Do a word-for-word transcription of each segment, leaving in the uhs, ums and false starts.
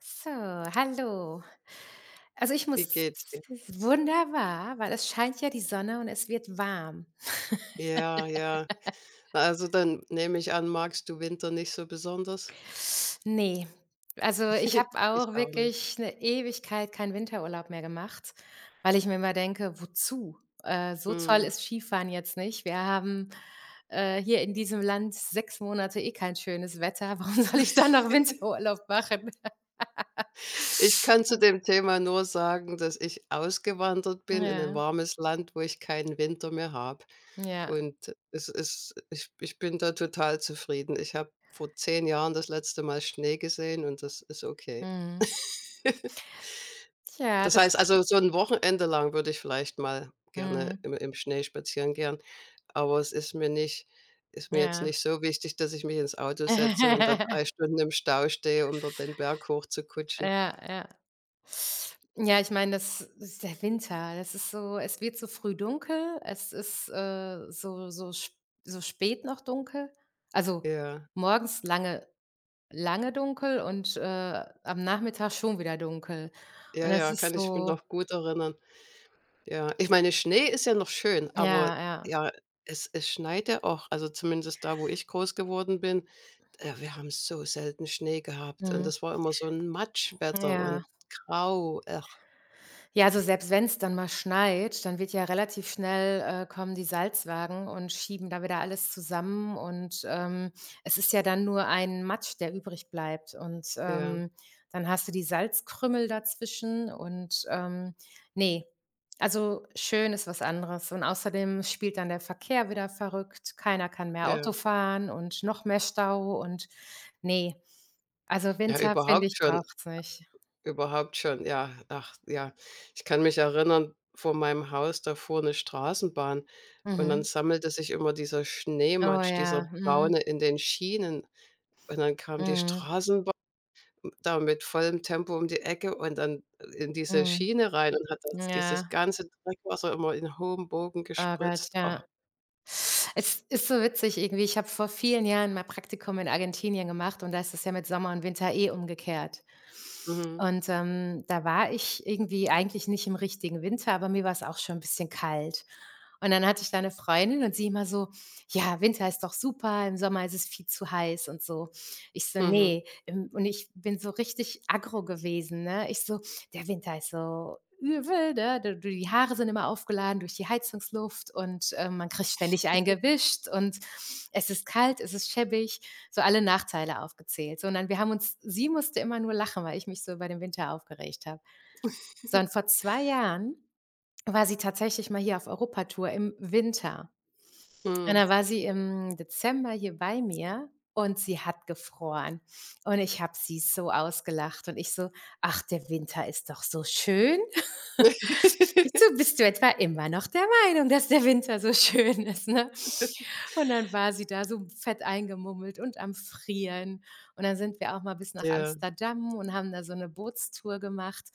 So, hallo. Also, ich Wie muss geht's dir? wunderbar, weil es scheint ja die Sonne und es wird warm. Ja, ja. Na, also, dann nehme ich an, magst du Winter nicht so besonders? Ne, also, ich habe Ich auch auch nicht. wirklich eine Ewigkeit keinen Winterurlaub mehr gemacht, weil ich mir immer denke: „Wozu?" Äh, so toll Mhm. ist Skifahren jetzt nicht. Wir haben, äh, hier in diesem Land sechs Monate eh kein schönes Wetter. Warum soll ich dann noch Winterurlaub machen? Ich kann zu dem Thema nur sagen, dass ich ausgewandert bin in ein Ja, warmes Land, wo ich keinen Winter mehr habe. ja, Und es ist ich ich bin da total zufrieden. Ich habe vor zehn Jahren das letzte Mal Schnee gesehen und das ist okay. mhm. Ja, Das das heißt also, so ein Wochenende lang würde ich vielleicht mal gerne mhm, im im Schnee spazieren gehen. Aber es ist mir nicht ist mir jetzt ja. nicht so wichtig, dass ich mich ins Auto setze und da drei Stunden im Stau stehe, um dort den Berg hochzukutschen. Ja, ja. Ja, ich meine, das ist der Winter. Das ist so es wird so früh dunkel. Es ist, äh, so so sp so spät noch dunkel. Also, Ja, morgens lange lange dunkel und, äh, am Nachmittag schon wieder dunkel. Und ja, das ja, ist kann ich mich so noch gut erinnern. Ja, ich meine, Schnee ist ja noch schön, aber ja, ja. ja, es es schneit ja auch, also zumindest da, wo ich groß geworden bin. Äh, wir haben so selten Schnee gehabt und Mhm. das war immer so ein Matschwetter Ja. und grau. Ach, Ja, also selbst wenn's dann mal schneit, dann wird ja relativ schnell äh, kommen die Salzwagen und schieben da wieder alles zusammen. Und ähm, es ist ja dann nur ein Matsch, der übrig bleibt. Und ja, ähm, dann hast du die Salzkrümmel dazwischen. Und ähm, nee, also schön ist was anderes. Und außerdem spielt dann der Verkehr wieder verrückt. Keiner kann mehr ja. Auto fahren und noch mehr Stau. Und nee, also Ja, Winter, finde überhaupt ich, schon braucht's nicht. Überhaupt schon, ja. Ach ja, ich kann mich erinnern, vor meinem Haus, da fuhr 'ne Straßenbahn und dann Mhm. sammelte sich immer dieser Oh Schneematsch, dieser ja. Mhm. braune in den Schienen und dann kam die Mhm. Straßenbahn da mit vollem Tempo um die Ecke und dann in diese Mhm. Schiene rein und hat das dieses Ja, ganze Dreckwasser immer in hohem Bogen oh Gott, gespritzt. Oh, ja. Es ist so witzig irgendwie. Ich habe vor vielen Jahren mal Praktikum in Argentinien gemacht und da ist es ja mit Sommer und Winter eh umgekehrt. mhm, Und, ähm, da war ich irgendwie eigentlich nicht im richtigen Winter, aber mir war es auch schon ein bisschen kalt. Und dann hatte ich da eine Freundin und sie immer so: „Ja, Winter ist doch super, im Sommer ist es viel zu heiß und so." Ich so: mhm, nee Ähm, und ich bin so richtig aggro gewesen, ne? Ich so: Der Winter ist so übel, ne? D du die Haare sind immer aufgeladen durch die Heizungsluft und, ähm, man kriegt ständig eingewischt und es ist kalt, es ist schäbig, so alle Nachteile aufgezählt. Sondern wir haben uns sie musste immer nur lachen, weil ich mich so über den Winter aufgeregt habe. Sondern vor zwei Jahren war sie tatsächlich mal hier auf Europatour im Winter. Und mhm. da war sie im Dezember hier bei mir und sie hat gefroren. Und ich habe sie so ausgelacht und ich so: „Ach, der Winter ist doch so schön." so bist du etwa immer noch der Meinung, dass der Winter so schön ist, ne? Und dann war sie da so fett eingemummelt und am Frieren. Und dann sind wir auch mal bis nach Ja. Amsterdam und haben da so 'ne Bootstour gemacht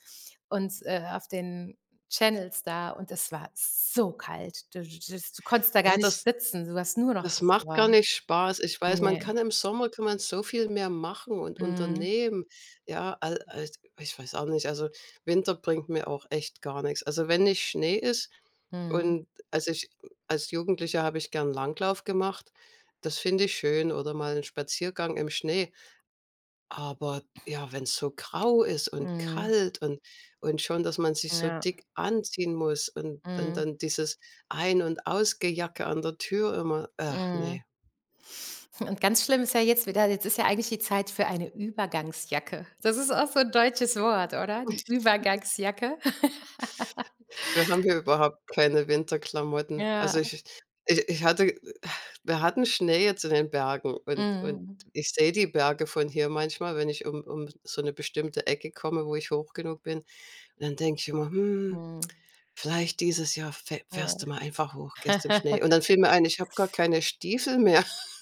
und, äh, auf den Channels da und es war so kalt. Du du das du konntest da gar Ja, nicht das sitzen, du hast nur noch Das macht gar gefroren. nicht Spaß. Ich weiß, man Ne. kann im Sommer kann man so viel mehr machen und Mhm. unternehmen. Ja, al al ich weiß auch nicht, also, Winter bringt mir auch echt gar nichts. Also, wenn nicht Schnee ist Mhm. und als ich als Jugendlicher habe ich gern Langlauf gemacht. Das finde ich schön oder mal einen Spaziergang im Schnee. Aber ja, wenn es so grau ist und Mhm. kalt und und schon, dass man sich so Ja. dick anziehen muss und und Mhm. dann dieses Ein und Ausgejacke an der Tür immer. Ach, Mhm. nee. Und ganz schlimm ist ja jetzt wieder jetzt ist ja eigentlich die Zeit für eine Übergangsjacke. Das ist auch so ein deutsches Wort, oder? Die Übergangsjacke. Wir haben hier überhaupt keine Winterklamotten. Also, Ja. ich ich ich hatte wir hatten Schnee jetzt in den Bergen und und Mhm. ich sehe die Berge von hier manchmal, wenn ich um um so eine bestimmte Ecke komme, wo ich hoch genug bin. Und dann denke ich immer: „Hm, Mhm. vielleicht dieses Jahr fäh fährst du Ja. mal einfach hoch, gehst im Schnee.“ Und dann fiel mir ein, ich habe gar keine Stiefel mehr.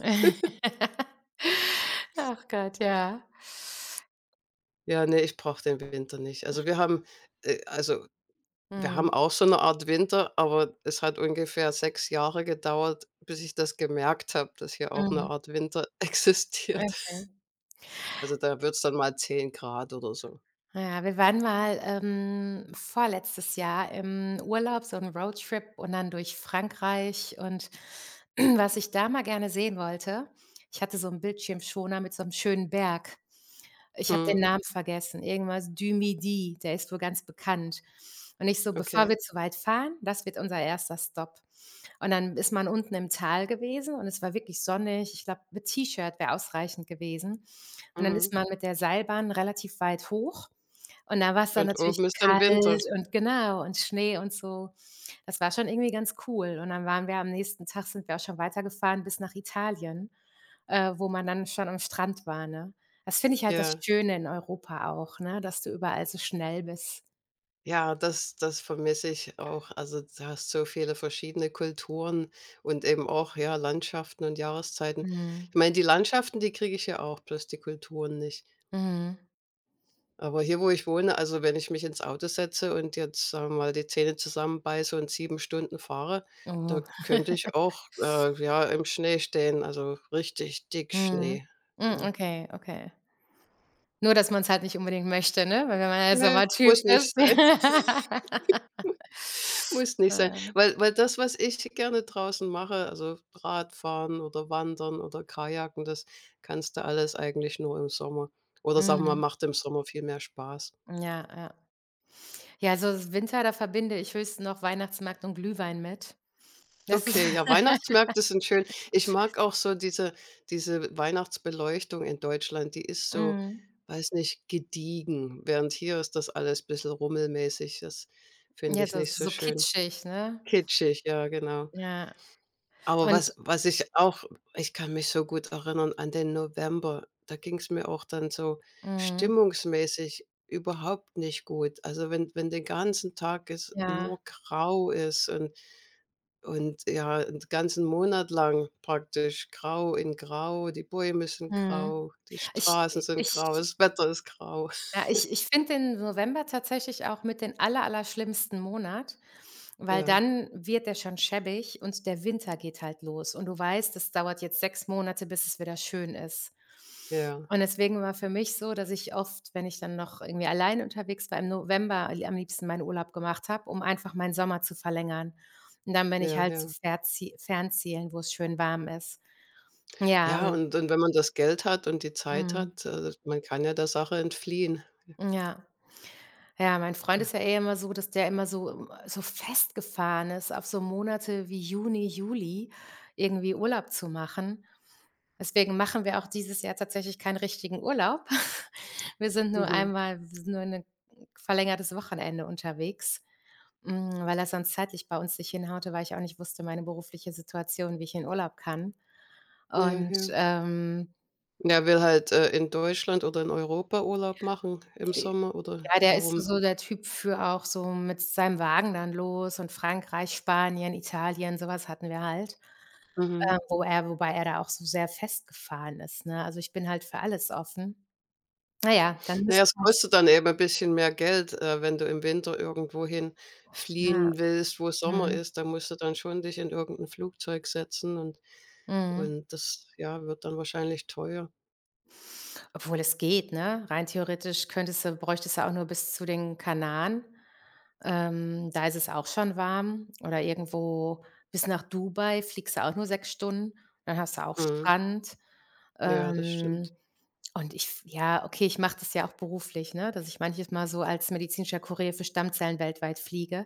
Ach Gott, ja. Ja, ne, ich brauche den Winter nicht. Also, wir haben, äh also Wir haben Mhm. auch so eine Art Winter, aber es hat ungefähr sechs Jahre gedauert, bis ich das gemerkt habe, dass hier auch eine Mhm. Art Winter existiert. Okay. Also, da wird's dann mal zehn Grad oder so. Ja, wir waren mal, ähm, vorletztes Jahr im Urlaub, so ein Roadtrip und dann durch Frankreich und was ich da mal gerne sehen wollte ich hatte so 'n Bildschirmschoner mit so einem schönen Berg. Ich habe den Mhm, Namen vergessen, irgendwas Dü-Midi, der ist wohl ganz bekannt. Und ich so: „Bevor okay. wir zu weit fahren, das wird unser erster Stopp." Und dann ist man unten im Tal gewesen und es war wirklich sonnig. Ich glaube, mit T-Shirt wäre ausreichend gewesen. Und dann ist Mhm. man mit der Seilbahn relativ weit hoch und da war's dann Und natürlich oben ist dann kalt Winter. und genau und Schnee und so. Das war schon irgendwie ganz cool. Und dann waren wir am nächsten Tag sind wir auch schon weitergefahren bis nach Italien äh, wo man dann schon am Strand war, ne? Das finde ich halt das Ja. Schöne in Europa auch, ne, dass du überall so schnell bist. Ja, das das vermisse ich auch. Also, du hast so viele verschiedene Kulturen und eben auch, ja, Landschaften und Jahreszeiten. Mhm. Ich meine, die Landschaften, die kriege ich ja auch, bloß die Kulturen nicht. Mhm. Aber hier, wo ich wohne, also, wenn ich mich ins Auto setze und jetzt, sagen wir mal, die Zähne zusammenbeiße und sieben Stunden fahre, da Oh. könnte ich auch, äh, ja, im Schnee stehen, also richtig dick Mhm. Schnee. Hm, Ja. okay, okay. Nur, dass man's halt nicht unbedingt möchte, ne, weil wenn man eher Ne, Sommertyp muss ist. nicht sein, muss nicht sein. Ja. Weil weil das, was ich gerne draußen mache, also Radfahren oder Wandern oder Kajaken, das kannst du alles eigentlich nur im Sommer. Oder sagen wir, Mhm. macht im Sommer viel mehr Spaß. Ja, ja. Ja, so s Winter, da verbinde ich höchstens noch Weihnachtsmarkt und Glühwein mit. Das ist Okay, ja, Weihnachtsmärkte sind schön. Ich mag auch so diese diese Weihnachtsbeleuchtung in Deutschland, die ist so, mhm. weiß nicht, gediegen, während hier ist das alles ein bisschen rummelmäßig. Das finde Ja, ich so nicht so so schön. kitschig, ne? Kitschig, ja, genau. Ja, Aber und was was ich auch ich kann mich so gut erinnern an den November. Da ging es mir auch dann so mhm. stimmungsmäßig überhaupt nicht gut. Also, wenn wenn den ganzen Tag es Ja. nur grau ist und und ja, 'n ganzen Monat lang praktisch grau in grau, die Bäume sind Mhm. grau, die Ich Straßen sind ich grau, das Wetter ist grau. ja, ich ich finde den November tatsächlich auch mit den aller allerschlimmsten Monat, weil Ja, dann wird der schon schäbig und der Winter geht halt los und du weißt, es dauert jetzt sechs Monate, bis es wieder schön ist. ja, Und deswegen war für mich so, dass ich oft, wenn ich dann noch irgendwie alleine unterwegs war, im November am liebsten meinen Urlaub gemacht habe, um einfach meinen Sommer zu verlängern. Und dann bin ich ja, halt zu ja. Verzie Fernzielen, wo es schön warm ist. Ja, Ja, und und und wenn man das Geld hat und die Zeit mhm, hat, also, man kann ja der Sache entfliehen. ja. Ja, mein Freund ist ja eh immer so, dass der immer so so festgefahren ist, auf so Monate wie Juni, Juli irgendwie Urlaub zu machen. Deswegen machen wir auch dieses Jahr tatsächlich keinen richtigen Urlaub. Wir sind nur Mhm. einmal wir sind nur ein verlängertes Wochenende unterwegs, hm, weil er sonst zeitlich bei uns nicht hinhaute, weil ich auch nicht wusste, meine berufliche Situation, wie ich in Urlaub kann. Ja, Und, ja. ähm, Und er will halt, äh, in Deutschland oder in Europa Urlaub machen im Sommer oder ja, der ist so warum? so der Typ für auch so mit seinem Wagen dann los und Frankreich, Spanien, Italien, so was hatten wir halt, Mhm. äh, wo er wobei er da auch so sehr festgefahren ist, ne? Also, ich bin halt für alles offen. Na ja, dann Naja, müsste es kostet halt dann eben ein bisschen mehr Geld, äh, wenn du im Winter irgendwohin ja, fliehen willst, wo Sommer mhm, ist, da musst du dann schon dich in irgendein Flugzeug setzen und mhm. und das, ja, wird dann wahrscheinlich teuer. Obwohl es geht, ne? Rein theoretisch könntest du bräuchtest du auch nur bis zu den Kanaren. Ähm, da ist es auch schon warm oder irgendwo bis nach Dubai fliegst du auch nur sechs Stunden, dann hast du auch Mhm. Strand. Ja, das Ähm stimmt. Und ich f ja, okay, ich mache das ja auch beruflich, ne, dass ich manches Mal so als medizinischer Kurier für Stammzellen weltweit fliege.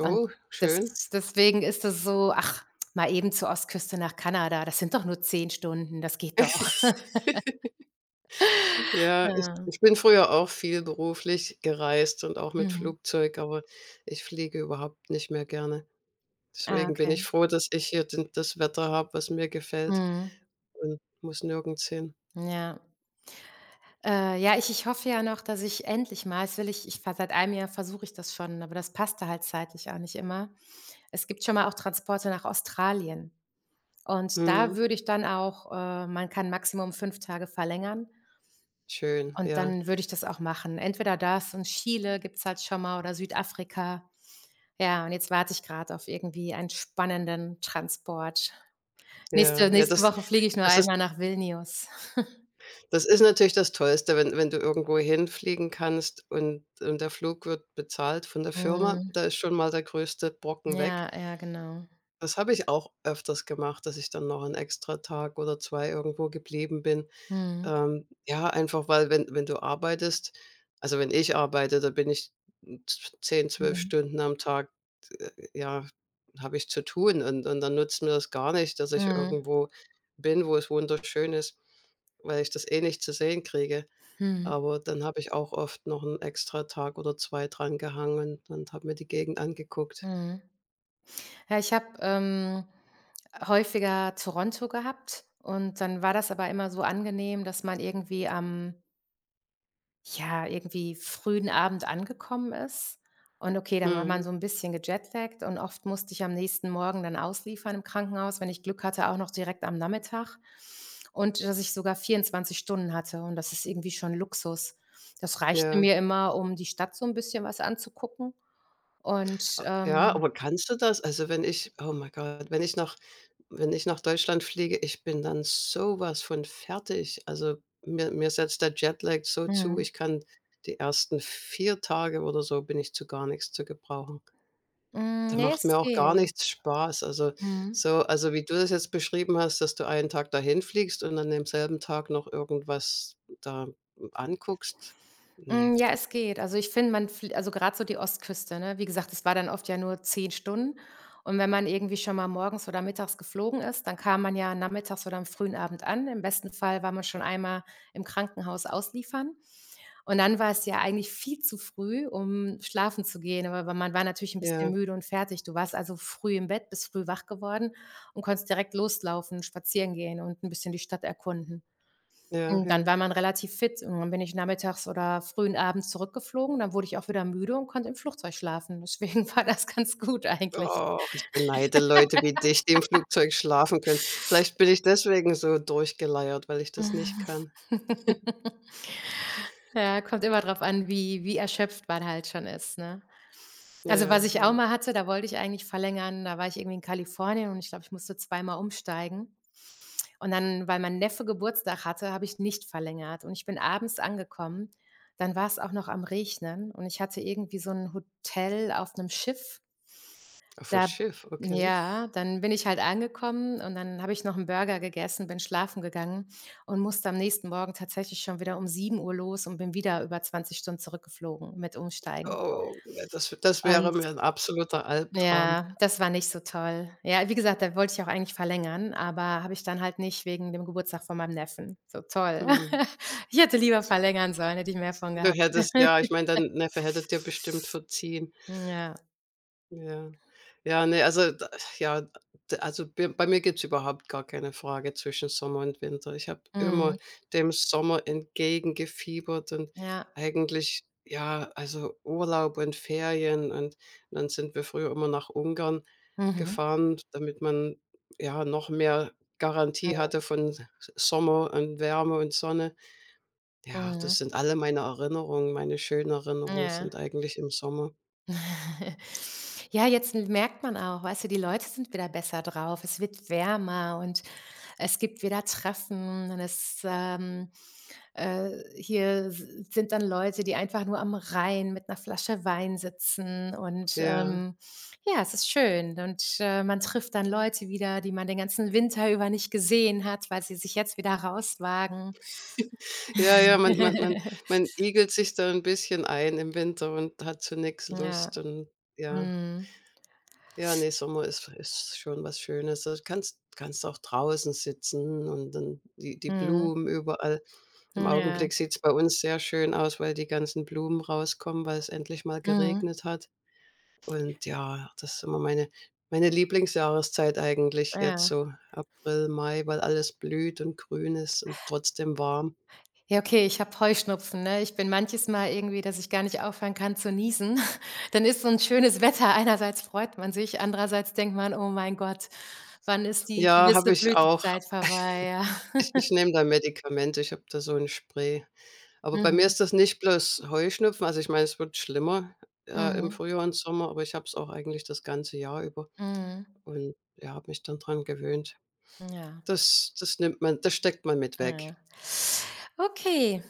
Und das schön. deswegen ist das so: „Ach, mal eben zur Ostküste nach Kanada, das sind doch nur zehn Stunden, das geht doch." Ja, ich Ja. ich bin früher auch viel beruflich gereist und auch mit Mhm. Flugzeug, aber ich fliege überhaupt nicht mehr gerne. Ah, Deswegen bin okay. ich froh, dass ich hier den das Wetter habe, was mir gefällt Mhm. und muss nirgends hin. Ja. Äh, ja, ich ich hoffe ja noch, dass ich endlich mal das will ich ich ver seit einem Jahr versuche ich das schon, aber das passte halt zeitlich auch nicht immer. Es gibt schon mal auch Transporte nach Australien. Und da Mhm, würde ich dann auch äh, man kann Maximum fünf Tage verlängern schön, und ja, dann würde ich das auch machen. Entweder das und Chile gibt's halt schon mal oder Südafrika. Ja, und jetzt warte ich gerade auf irgendwie einen spannenden Transport. ja. Nächste Ja, nächste das Woche fliege ich nur das ist einmal nach Vilnius. das ist natürlich das Tollste, wenn wenn du irgendwo hinfliegen kannst und und der Flug wird bezahlt von der Firma, Mhm. da ist schon mal der größte Brocken weg. Ja, ja, genau. Das habe ich auch öfters gemacht, dass ich dann noch 'n extra Tag oder zwei irgendwo geblieben bin. Mhm. Ähm, ja, einfach weil wenn wenn du arbeitest, also, wenn ich arbeite, da bin ich z- zehn zwölf Mhm. Stunden am Tag, äh, ja, habe ich zu tun und und dann nutzt mir das gar nicht, dass ich Mhm. irgendwo bin, wo es wunderschön ist, weil ich das eh nicht zu sehen kriege. Mhm. Aber dann habe ich auch oft noch einen extra Tag oder zwei dran gehangen und habe mir die Gegend angeguckt. Mhm. Ja, ich habe, ähm, häufiger Toronto gehabt und dann war das aber immer so angenehm, dass man irgendwie am ja, irgendwie frühen Abend angekommen ist. Und okay, dann war man Mhm, so ein bisschen gejetlaggt und oft musste ich am nächsten Morgen dann ausliefern im Krankenhaus, wenn ich Glück hatte, auch noch direkt am Nachmittag. Und dass ich sogar vierundzwanzig Stunden hatte und das ist irgendwie schon Luxus. Das reichte ja. mir immer, um die Stadt so ein bisschen was anzugucken und, A Ja, ähm aber kannst du das? Also, wenn ich oh mein Gott, wenn ich nach wenn ich nach Deutschland fliege, ich bin dann so was von fertig. Also, mir mir setzt der Jetlag so zu, mhm. ich kann die ersten vier Tage oder so bin ich zu gar nichts zu gebrauchen. Da Hm, ne, macht es mir auch gar geht. nichts Spaß. Also, Mhm. so also, wie du das jetzt beschrieben hast, dass du einen Tag dahin fliegst und an demselben Tag noch irgendwas da anguckst. Ne. Hm, ja, es geht. Also, ich finde, man fl also, gerade so die Ostküste, ne? Wie gesagt, es war dann oft ja nur zehn Stunden. Und wenn man irgendwie schon mal morgens oder mittags geflogen ist, dann kam man ja nachmittags oder am frühen Abend an. Im besten Fall war man schon einmal im Krankenhaus ausliefern. Und dann war es ja eigentlich viel zu früh, um schlafen zu gehen. Aber man war natürlich ein bisschen Ja, müde und fertig. Du warst also früh im Bett, bist früh wach geworden und konntest direkt loslaufen, spazieren gehen und ein bisschen die Stadt erkunden. ja, Hm, dann ja. war man relativ fit und dann bin ich nachmittags oder frühen Abends zurückgeflogen. Dann wurde ich auch wieder müde und konnte im Flugzeug schlafen. Deswegen war das ganz gut eigentlich. Och, ich beneide Leute wie dich, die im Flugzeug schlafen können. Vielleicht bin ich deswegen so durchgeleiert, weil ich das nicht kann. Ja, kommt immer drauf an, wie wie erschöpft man halt schon ist, ne? Also, was Ja, ich auch ja. mal hatte, da wollte ich eigentlich verlängern, da war ich irgendwie in Kalifornien und ich glaube, ich musste zweimal umsteigen. Und dann, weil mein Neffe Geburtstag hatte, habe ich nicht verlängert und ich bin abends angekommen. Dann war es auch noch am Regnen und ich hatte irgendwie so ein Hotel auf einem Schiff. Aufm Da Schiff, okay. ja, dann bin ich halt angekommen und dann habe ich noch 'n Burger gegessen, bin schlafen gegangen und musste am nächsten Morgen tatsächlich schon wieder um sieben Uhr los und bin wieder über zwanzig Stunden zurückgeflogen mit Umsteigen. Oh, ja, das das wäre Und mir 'n absoluter Albtraum. ja, das war nicht so toll. Ja, wie gesagt, da wollte ich auch eigentlich verlängern, aber habe ich dann halt nicht wegen dem Geburtstag von meinem Neffen. So toll. Mhm. Ich hätte lieber verlängern sollen, hätte ich mehr von Du gehabt. hättest ja, ich meine, dein Neffe hätte dir bestimmt verziehen. Ja. Ja. Ja, ne, also, da ja, d also, b bei mir gibt's überhaupt gar keine Frage zwischen Sommer und Winter. Ich habe immer Mhm. dem Sommer entgegengefiebert und Ja. eigentlich ja, also, Urlaub und Ferien und dann sind wir früher immer nach Ungarn Mhm. gefahren, damit man, ja, noch mehr Garantie hatte Mhm. von S Sommer und Wärme und Sonne. Ja, das Mhm. sind alle meine Erinnerungen. Meine schönen Erinnerungen sind Ja. eigentlich im Sommer. Ja, jetzt merkt man auch, weißt du, die Leute sind wieder besser drauf. Es wird wärmer und es gibt wieder Treffen und es, ähm, äh, hier s sind dann Leute, die einfach nur am Rhein mit einer Flasche Wein sitzen und, Ja. ähm, ja, es ist schön und, äh, man trifft dann Leute wieder, die man den ganzen Winter über nicht gesehen hat, weil sie sich jetzt wieder rauswagen. Ja, ja, man man man man igelt sich da ein bisschen ein im Winter und hat zu nix Ja, Lust und ja. mhm, Ja, ne, Sommer ist ist schon was Schönes. Du kannst kannst auch draußen sitzen und dann die die mhm, Blumen überall. Im ja, Augenblick sieht's bei uns sehr schön aus, weil die ganzen Blumen rauskommen, weil es endlich mal mhm, geregnet hat. Und ja, das ist immer meine meine Lieblingsjahreszeit, eigentlich jetzt ja. so April, Mai, weil alles blüht und grün ist und trotzdem warm. Ja, okay, ich habe Heuschnupfen, ne? Ich bin manches Mal irgendwie, dass ich gar nicht aufhören kann zu niesen. Dann ist so ein schönes Wetter. Einerseits freut man sich, andererseits denkt man: „Oh mein Gott, wann ist die Ja, habe gewisse ich auch. Blütezeit vorbei?" Ja. Ich ich nehme da Medikamente, ich habe da so 'n Spray. Aber bei mir Mhm. ist das nicht bloß Heuschnupfen, also ich meine, es wird schlimmer, äh, im Mhm. Frühjahr und Sommer, aber ich habe es auch eigentlich das ganze Jahr über Mhm. und, ja, habe mich dann dran gewöhnt. Ja, Das das nimmt man das steckt man mit weg. ja. Okay.